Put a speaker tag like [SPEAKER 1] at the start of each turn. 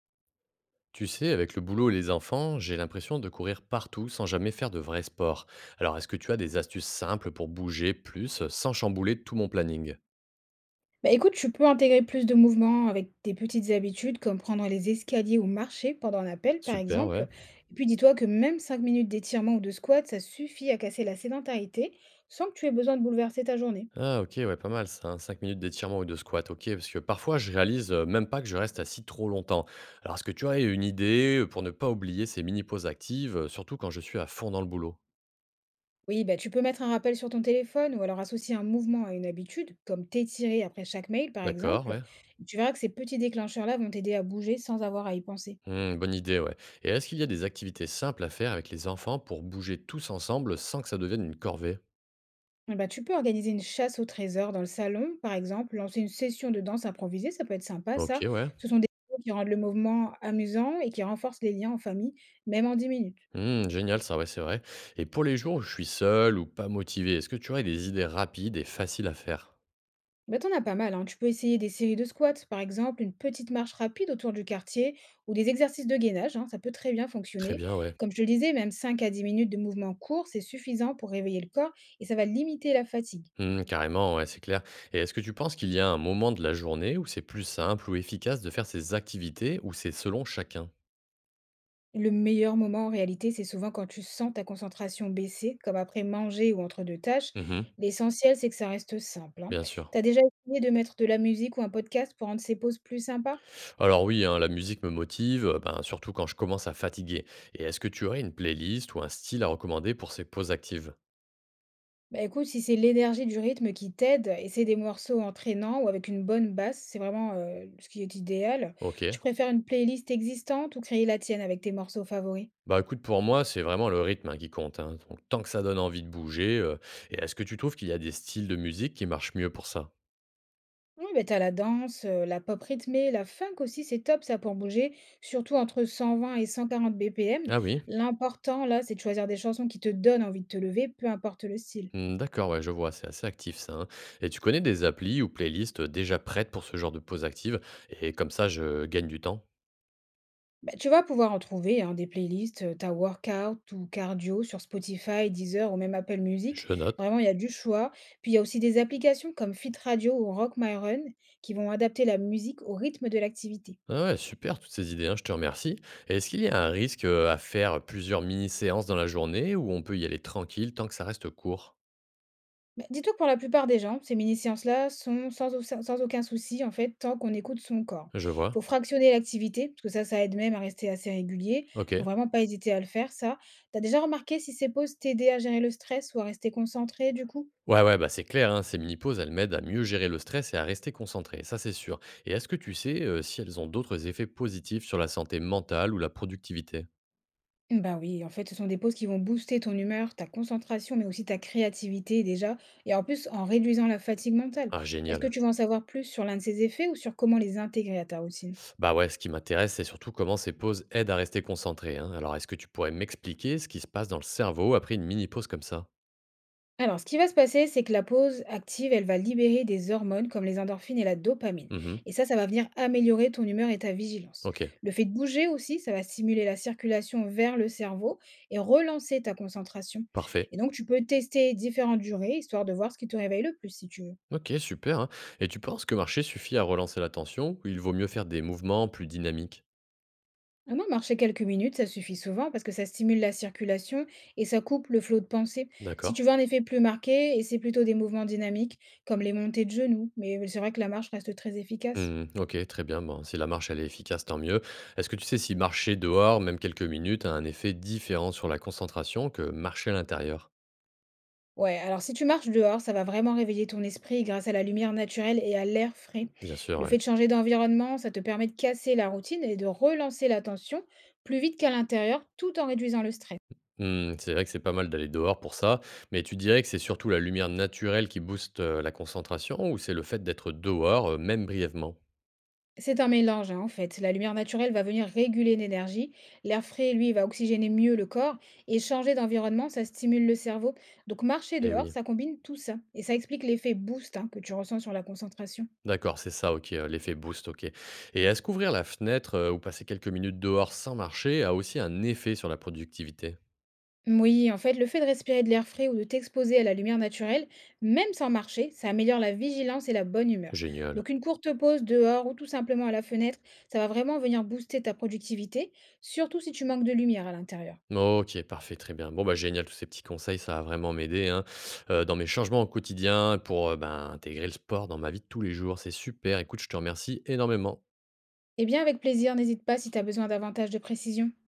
[SPEAKER 1] Tu sais, avec le boulot et les enfants, j'ai l'impression de courir partout sans jamais faire de vrai sport. Alors, est-ce que tu as des astuces simples pour bouger plus sans chambouler tout mon planning?
[SPEAKER 2] Bah écoute, tu peux intégrer plus de mouvements avec des petites habitudes comme prendre les escaliers ou marcher pendant un appel, par
[SPEAKER 1] Super, ouais.
[SPEAKER 2] exemple. Et puis dis-toi que même 5 minutes d'étirement ou de squat, ça suffit à casser la sédentarité sans que tu aies besoin de bouleverser ta journée.
[SPEAKER 1] Ah, ok, ouais, pas mal ça, hein. 5 minutes d'étirement ou de squat, ok, parce que parfois je réalise même pas que je reste assis trop longtemps. Alors, est-ce que tu as une idée pour ne pas oublier ces mini-pauses actives, surtout quand je suis à fond dans le boulot?
[SPEAKER 2] Oui, bah tu peux mettre un rappel sur ton téléphone ou alors associer un mouvement à une habitude, comme t'étirer après chaque mail, par
[SPEAKER 1] D'accord,
[SPEAKER 2] exemple.
[SPEAKER 1] ouais.
[SPEAKER 2] Tu verras que ces petits déclencheurs-là vont t'aider à bouger sans avoir à y penser.
[SPEAKER 1] Hmm, bonne idée, ouais. Et est-ce qu'il y a des activités simples à faire avec les enfants pour bouger tous ensemble sans que ça devienne une corvée?
[SPEAKER 2] Eh ben, tu peux organiser une chasse au trésor dans le salon, par exemple, lancer une session de danse improvisée, ça peut être sympa,
[SPEAKER 1] Ok,
[SPEAKER 2] ça.
[SPEAKER 1] ouais.
[SPEAKER 2] Ce sont des choses qui rendent le mouvement amusant et qui renforcent les liens en famille, même en 10 minutes.
[SPEAKER 1] Mmh, génial ça, ouais, c'est vrai. Et pour les jours où je suis seul ou pas motivé, est-ce que tu aurais des idées rapides et faciles à faire?
[SPEAKER 2] Ben t'en as pas mal, hein. Tu peux essayer des séries de squats, par exemple, une petite marche rapide autour du quartier ou des exercices de gainage, hein, ça peut très bien
[SPEAKER 1] Très
[SPEAKER 2] fonctionner.
[SPEAKER 1] bien, ouais.
[SPEAKER 2] Comme je te le disais, même 5 à 10 minutes de mouvement court, c'est suffisant pour réveiller le corps et ça va limiter la fatigue.
[SPEAKER 1] Mmh, carrément, ouais, c'est clair. Et est-ce que tu penses qu'il y a un moment de la journée où c'est plus simple ou efficace de faire ces activités, ou c'est selon chacun?
[SPEAKER 2] Le meilleur moment en réalité, c'est souvent quand tu sens ta concentration baisser, comme après manger ou entre 2 tâches.
[SPEAKER 1] Mmh,
[SPEAKER 2] L'essentiel, c'est que ça reste simple, hein.
[SPEAKER 1] bien sûr.
[SPEAKER 2] Tu déjà essayé de mettre de la musique ou un podcast pour rendre ces pauses plus sympas?
[SPEAKER 1] Alors oui, hein, la musique me motive, ben, surtout quand je commence à fatiguer. Et est-ce que tu aurais une playlist ou un style à recommander pour ces pauses actives?
[SPEAKER 2] Bah écoute, si c'est l'énergie du rythme qui t'aide, essaie des morceaux entraînants ou avec une bonne basse, c'est vraiment ce qui est idéal.
[SPEAKER 1] Ok.
[SPEAKER 2] Tu préfères une playlist existante ou créer la tienne avec tes morceaux favoris?
[SPEAKER 1] Bah écoute, pour moi, c'est vraiment le rythme, hein, qui compte, hein. Donc, tant que ça donne envie de bouger, et est-ce que tu trouves qu'il y a des styles de musique qui marchent mieux pour ça?
[SPEAKER 2] Oui, bah, t'as la danse, la pop rythmée, la funk aussi, c'est top ça pour bouger, surtout entre 120 et 140 BPM.
[SPEAKER 1] Ah oui.
[SPEAKER 2] L'important là, c'est de choisir des chansons qui te donnent envie de te lever, peu importe le style.
[SPEAKER 1] Hmm, d'accord, ouais, je vois, c'est assez actif ça, hein. Et tu connais des applis ou playlists déjà prêtes pour ce genre de pause active? Et comme ça, je gagne du temps.
[SPEAKER 2] Bah, tu vas pouvoir en trouver, hein, des playlists, tu workout ou cardio sur Spotify, Deezer ou même Apple Music.
[SPEAKER 1] Je note.
[SPEAKER 2] Vraiment, il y a du choix. Puis il y a aussi des applications comme Fit Radio ou Rock My Run qui vont adapter la musique au rythme de l'activité.
[SPEAKER 1] Ah ouais, super, toutes ces idées, hein, je te remercie. Et est-ce qu'il y a un risque à faire plusieurs mini-séances dans la journée, ou on peut y aller tranquille tant que ça reste court?
[SPEAKER 2] Bah, dis-toi que pour la plupart des gens, ces mini-séances-là sont sans aucun souci, en fait, tant qu'on écoute son corps.
[SPEAKER 1] Je
[SPEAKER 2] Il
[SPEAKER 1] vois.
[SPEAKER 2] faut fractionner l'activité, parce que ça aide même à rester assez régulier.
[SPEAKER 1] Ok.
[SPEAKER 2] Faut vraiment pas hésiter à le faire, ça. T'as déjà remarqué si ces pauses t'aidaient à gérer le stress ou à rester concentré, du coup?
[SPEAKER 1] Ouais, ouais, bah c'est clair, hein, ces mini-pauses, elles m'aident à mieux gérer le stress et à rester concentré, ça c'est sûr. Et est-ce que tu sais si elles ont d'autres effets positifs sur la santé mentale ou la productivité?
[SPEAKER 2] Bah oui, en fait, ce sont des pauses qui vont booster ton humeur, ta concentration, mais aussi ta créativité déjà, et en plus en réduisant la fatigue mentale.
[SPEAKER 1] Ah,
[SPEAKER 2] Est-ce que
[SPEAKER 1] génial.
[SPEAKER 2] tu veux en savoir plus sur l'un de ces effets ou sur comment les intégrer à ta routine?
[SPEAKER 1] Bah ouais, ce qui m'intéresse, c'est surtout comment ces pauses aident à rester concentré, hein. Alors, est-ce que tu pourrais m'expliquer ce qui se passe dans le cerveau après une mini-pause comme ça?
[SPEAKER 2] Alors, ce qui va se passer, c'est que la pause active, elle va libérer des hormones comme les endorphines et la dopamine.
[SPEAKER 1] Mhm.
[SPEAKER 2] Et ça va venir améliorer ton humeur et ta vigilance.
[SPEAKER 1] Ok,
[SPEAKER 2] Le fait de bouger aussi, ça va stimuler la circulation vers le cerveau et relancer ta concentration.
[SPEAKER 1] parfait.
[SPEAKER 2] Et donc, tu peux tester différentes durées, histoire de voir ce qui te réveille le plus, si tu veux.
[SPEAKER 1] Ok, super, hein. Et tu penses que marcher suffit à relancer l'attention, ou il vaut mieux faire des mouvements plus dynamiques?
[SPEAKER 2] Ah non, marcher quelques minutes, ça suffit souvent parce que ça stimule la circulation et ça coupe le flot de pensée. Si
[SPEAKER 1] D'accord.
[SPEAKER 2] tu veux un effet plus marqué, et c'est plutôt des mouvements dynamiques comme les montées de genoux, mais c'est vrai que la marche reste très efficace.
[SPEAKER 1] Mmh, OK, très bien. Bon, si la marche, elle est efficace, tant mieux. Est-ce que tu sais si marcher dehors, même quelques minutes, a un effet différent sur la concentration que marcher à l'intérieur?
[SPEAKER 2] Ouais, alors si tu marches dehors, ça va vraiment réveiller ton esprit grâce à la lumière naturelle et à l'air frais.
[SPEAKER 1] Bien sûr,
[SPEAKER 2] Le
[SPEAKER 1] ouais.
[SPEAKER 2] fait de changer d'environnement, ça te permet de casser la routine et de relancer l'attention plus vite qu'à l'intérieur, tout en réduisant le stress.
[SPEAKER 1] Mmh, c'est vrai que c'est pas mal d'aller dehors pour ça, mais tu dirais que c'est surtout la lumière naturelle qui booste, la concentration, ou c'est le fait d'être dehors, même brièvement?
[SPEAKER 2] C'est un mélange, hein, en fait. La lumière naturelle va venir réguler l'énergie, l'air frais, lui, va oxygéner mieux le corps, et changer d'environnement, ça stimule le cerveau. Donc marcher
[SPEAKER 1] Eh
[SPEAKER 2] dehors,
[SPEAKER 1] oui.
[SPEAKER 2] ça combine tout ça, et ça explique l'effet boost, hein, que tu ressens sur la concentration.
[SPEAKER 1] D'accord, c'est ça, OK, l'effet boost, OK, et est-ce qu'ouvrir la fenêtre, ou passer quelques minutes dehors sans marcher a aussi un effet sur la productivité?
[SPEAKER 2] Oui, en fait, le fait de respirer de l'air frais ou de t'exposer à la lumière naturelle, même sans marcher, ça améliore la vigilance et la bonne humeur.
[SPEAKER 1] Génial.
[SPEAKER 2] Donc une courte pause dehors ou tout simplement à la fenêtre, ça va vraiment venir booster ta productivité, surtout si tu manques de lumière à l'intérieur.
[SPEAKER 1] OK, parfait, très bien. Bon, bah, génial, tous ces petits conseils, ça va vraiment m'aider, hein, dans mes changements au quotidien pour, ben, intégrer le sport dans ma vie de tous les jours. C'est super, écoute, je te remercie énormément.
[SPEAKER 2] Eh bien, avec plaisir, n'hésite pas si tu as besoin davantage de précision.